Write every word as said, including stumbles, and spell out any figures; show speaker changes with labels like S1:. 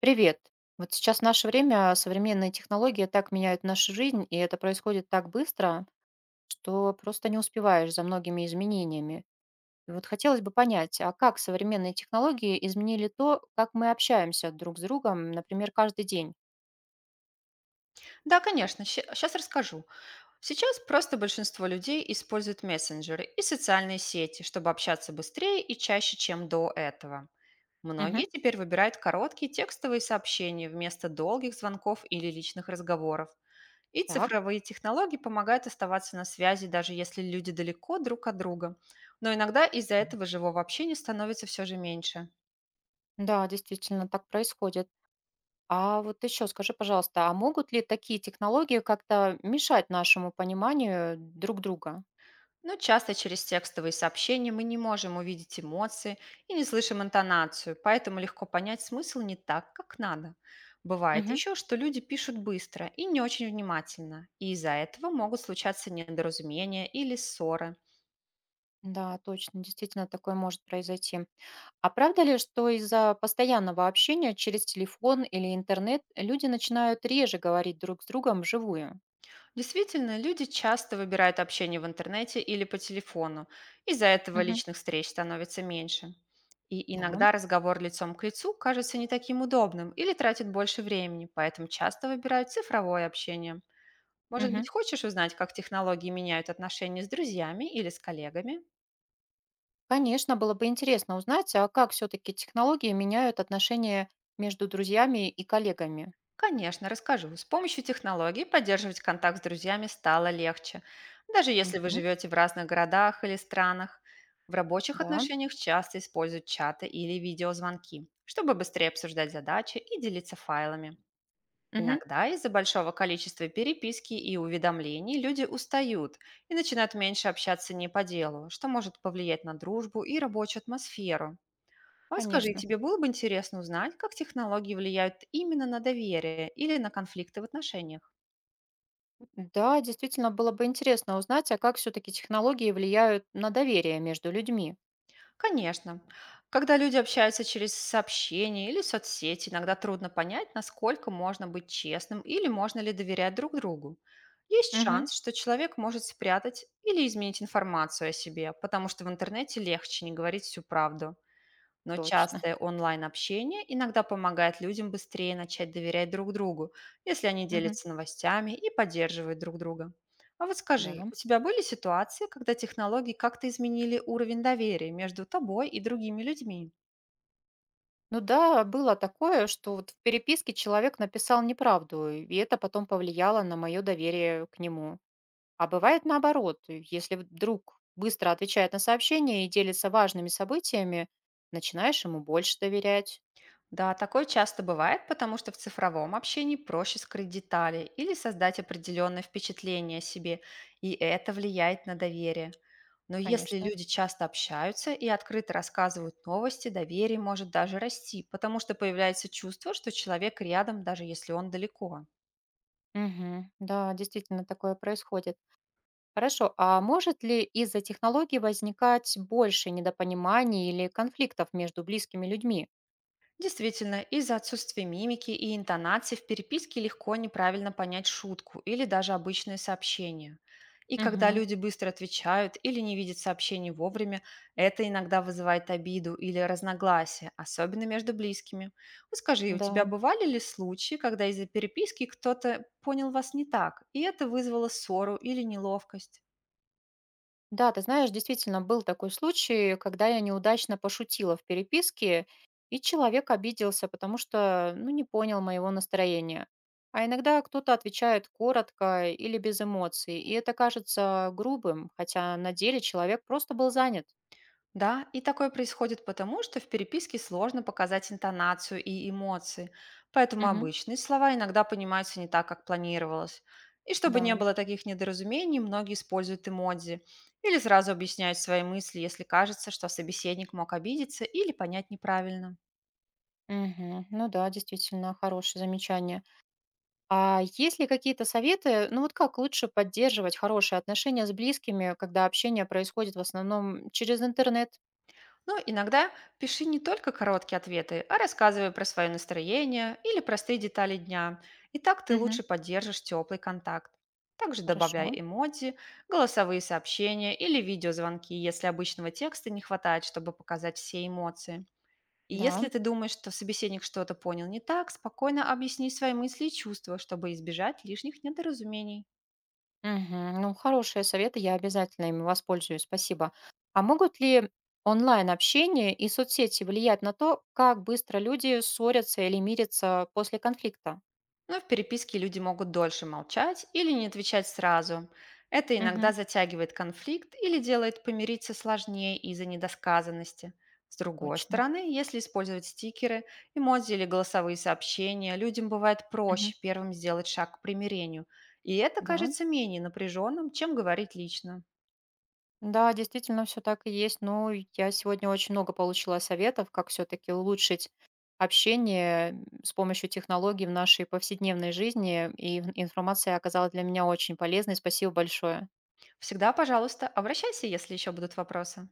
S1: Привет. Вот сейчас в наше время современные технологии так меняют нашу жизнь, и это происходит так быстро, что просто не успеваешь за многими изменениями. И вот хотелось бы понять, а как современные технологии изменили то, как мы общаемся друг с другом, например, каждый день?
S2: Да, конечно, сейчас расскажу. Сейчас просто большинство людей используют мессенджеры и социальные сети, чтобы общаться быстрее и чаще, чем до этого.
S1: Мгм.
S2: Многие теперь выбирают короткие текстовые сообщения вместо долгих звонков или личных разговоров. И
S1: Так.
S2: цифровые технологии помогают оставаться на связи, даже если люди далеко друг от друга. Но иногда из-за
S1: Мгм.
S2: этого живого общения становится все же меньше.
S1: Да, действительно, так происходит. А вот еще скажи, пожалуйста, а могут ли такие технологии как-то мешать нашему пониманию друг друга?
S2: Но часто через текстовые сообщения мы не можем увидеть эмоции и не слышим интонацию, поэтому легко понять смысл не так, как надо. Бывает
S1: Мгм.
S2: еще, что люди пишут быстро и не очень внимательно, и из-за этого могут случаться недоразумения или ссоры.
S1: Да, точно, действительно, такое может произойти. А правда ли, что из-за постоянного общения через телефон или интернет люди начинают реже говорить друг с другом вживую?
S2: Действительно, люди часто выбирают общение в интернете или по телефону, из-за этого
S1: Мгм.
S2: личных встреч становится меньше. И
S1: Да.
S2: иногда разговор лицом к лицу кажется не таким удобным или тратит больше времени, поэтому часто выбирают цифровое общение. Может
S1: Мгм.
S2: быть, хочешь узнать, как технологии меняют отношения с друзьями или с коллегами?
S1: Конечно, было бы интересно узнать, а как все-таки технологии меняют отношения между друзьями и коллегами?
S2: Конечно, расскажу. С помощью технологий поддерживать контакт с друзьями стало легче, даже если вы
S1: Мгм.
S2: живете в разных городах или странах. В рабочих
S1: Да.
S2: отношениях часто используют чаты или видеозвонки, чтобы быстрее обсуждать задачи и делиться файлами.
S1: Мгм.
S2: Иногда из-за большого количества переписки и уведомлений люди устают и начинают меньше общаться не по делу, что может повлиять на дружбу и рабочую атмосферу. А вот скажи,
S1: Конечно.
S2: тебе было бы интересно узнать, как технологии влияют именно на доверие или на конфликты в отношениях?
S1: Да, действительно, было бы интересно узнать, а как все-таки технологии влияют на доверие между людьми.
S2: Конечно. Когда люди общаются через сообщения или соцсети, иногда трудно понять, насколько можно быть честным или можно ли доверять друг другу. Есть
S1: Мгм.
S2: шанс, что человек может спрятать или изменить информацию о себе, потому что в интернете легче не говорить всю правду. Но
S1: Точно.
S2: частое онлайн-общение иногда помогает людям быстрее начать доверять друг другу, если они
S1: Мгм.
S2: делятся новостями и поддерживают друг друга. А вот
S1: Да.
S2: скажи, у тебя были ситуации, когда технологии как-то изменили уровень доверия между тобой и другими людьми?
S1: Ну да, было такое, что вот в переписке человек написал неправду, и это потом повлияло на мое доверие к нему. А бывает наоборот, и если вдруг быстро отвечает на сообщение и делится важными событиями, начинаешь ему больше доверять,
S2: Да, такое часто бывает, потому что в цифровом общении проще скрыть детали или создать определенное впечатление о себе, и это влияет на доверие. Но если
S1: конечно.
S2: люди часто общаются и открыто рассказывают новости, доверие может даже расти, потому что появляется чувство, что человек рядом, даже если он далеко.
S1: Мгм. Да, действительно такое происходит. Хорошо, а может ли из-за технологий возникать больше недопониманий или конфликтов между близкими людьми?
S2: Действительно, из-за отсутствия мимики и интонации в переписке легко неправильно понять шутку или даже обычное сообщение. И когда
S1: Мгм.
S2: люди быстро отвечают или не видят сообщений вовремя, это иногда вызывает обиду или разногласия, особенно между близкими. Вот скажи, у
S1: Да.
S2: тебя бывали ли случаи, когда из-за переписки кто-то понял вас не так, и это вызвало ссору или неловкость?
S1: Да, ты знаешь, действительно был такой случай, когда я неудачно пошутила в переписке, и человек обиделся, потому что, ну, не понял моего настроения. А иногда кто-то отвечает коротко или без эмоций, и это кажется грубым, хотя на деле человек просто был занят.
S2: Да, и такое происходит потому, что в переписке сложно показать интонацию и эмоции, поэтому
S1: Мгм.
S2: обычные слова иногда понимаются не так, как планировалось. И чтобы не
S1: Да.
S2: было таких недоразумений, многие используют эмодзи или сразу объясняют свои мысли, если кажется, что собеседник мог обидеться или понять неправильно.
S1: Мгм. Ну да, действительно, хорошее замечание. А есть ли какие-то советы, ну вот как лучше поддерживать хорошие отношения с близкими, когда общение происходит в основном через интернет?
S2: Ну, иногда пиши не только короткие ответы, а рассказывай про свое настроение или простые детали дня. И так ты лучше поддержишь теплый контакт. Также
S1: Хорошо,
S2: добавляй эмодзи, голосовые сообщения или видеозвонки, если обычного текста не хватает, чтобы показать все эмоции. И если
S1: да.
S2: ты думаешь, что собеседник что-то понял не так, спокойно объясни свои мысли и чувства, чтобы избежать лишних недоразумений.
S1: Мгм. Ну, хорошие советы, я обязательно ими воспользуюсь, спасибо. А могут ли онлайн-общение и соцсети влиять на то, как быстро люди ссорятся или мирятся после конфликта?
S2: Но в переписке люди могут дольше молчать или не отвечать сразу. Это иногда
S1: Мгм.
S2: затягивает конфликт или делает помириться сложнее из-за недосказанности. С другой
S1: Точно.
S2: стороны, если использовать стикеры, эмодзи или голосовые сообщения, людям бывает
S1: Мгм.
S2: проще первым сделать шаг к примирению. И это
S1: Да.
S2: кажется менее напряженным, чем говорить лично.
S1: Да, действительно, все так и есть. Ну, я сегодня очень много получила советов, как все-таки улучшить общение м, с помощью технологий в нашей повседневной жизни, и ин- информация оказалась для меня очень полезной. Спасибо большое.
S2: Всегда, пожалуйста, обращайся, если еще будут вопросы.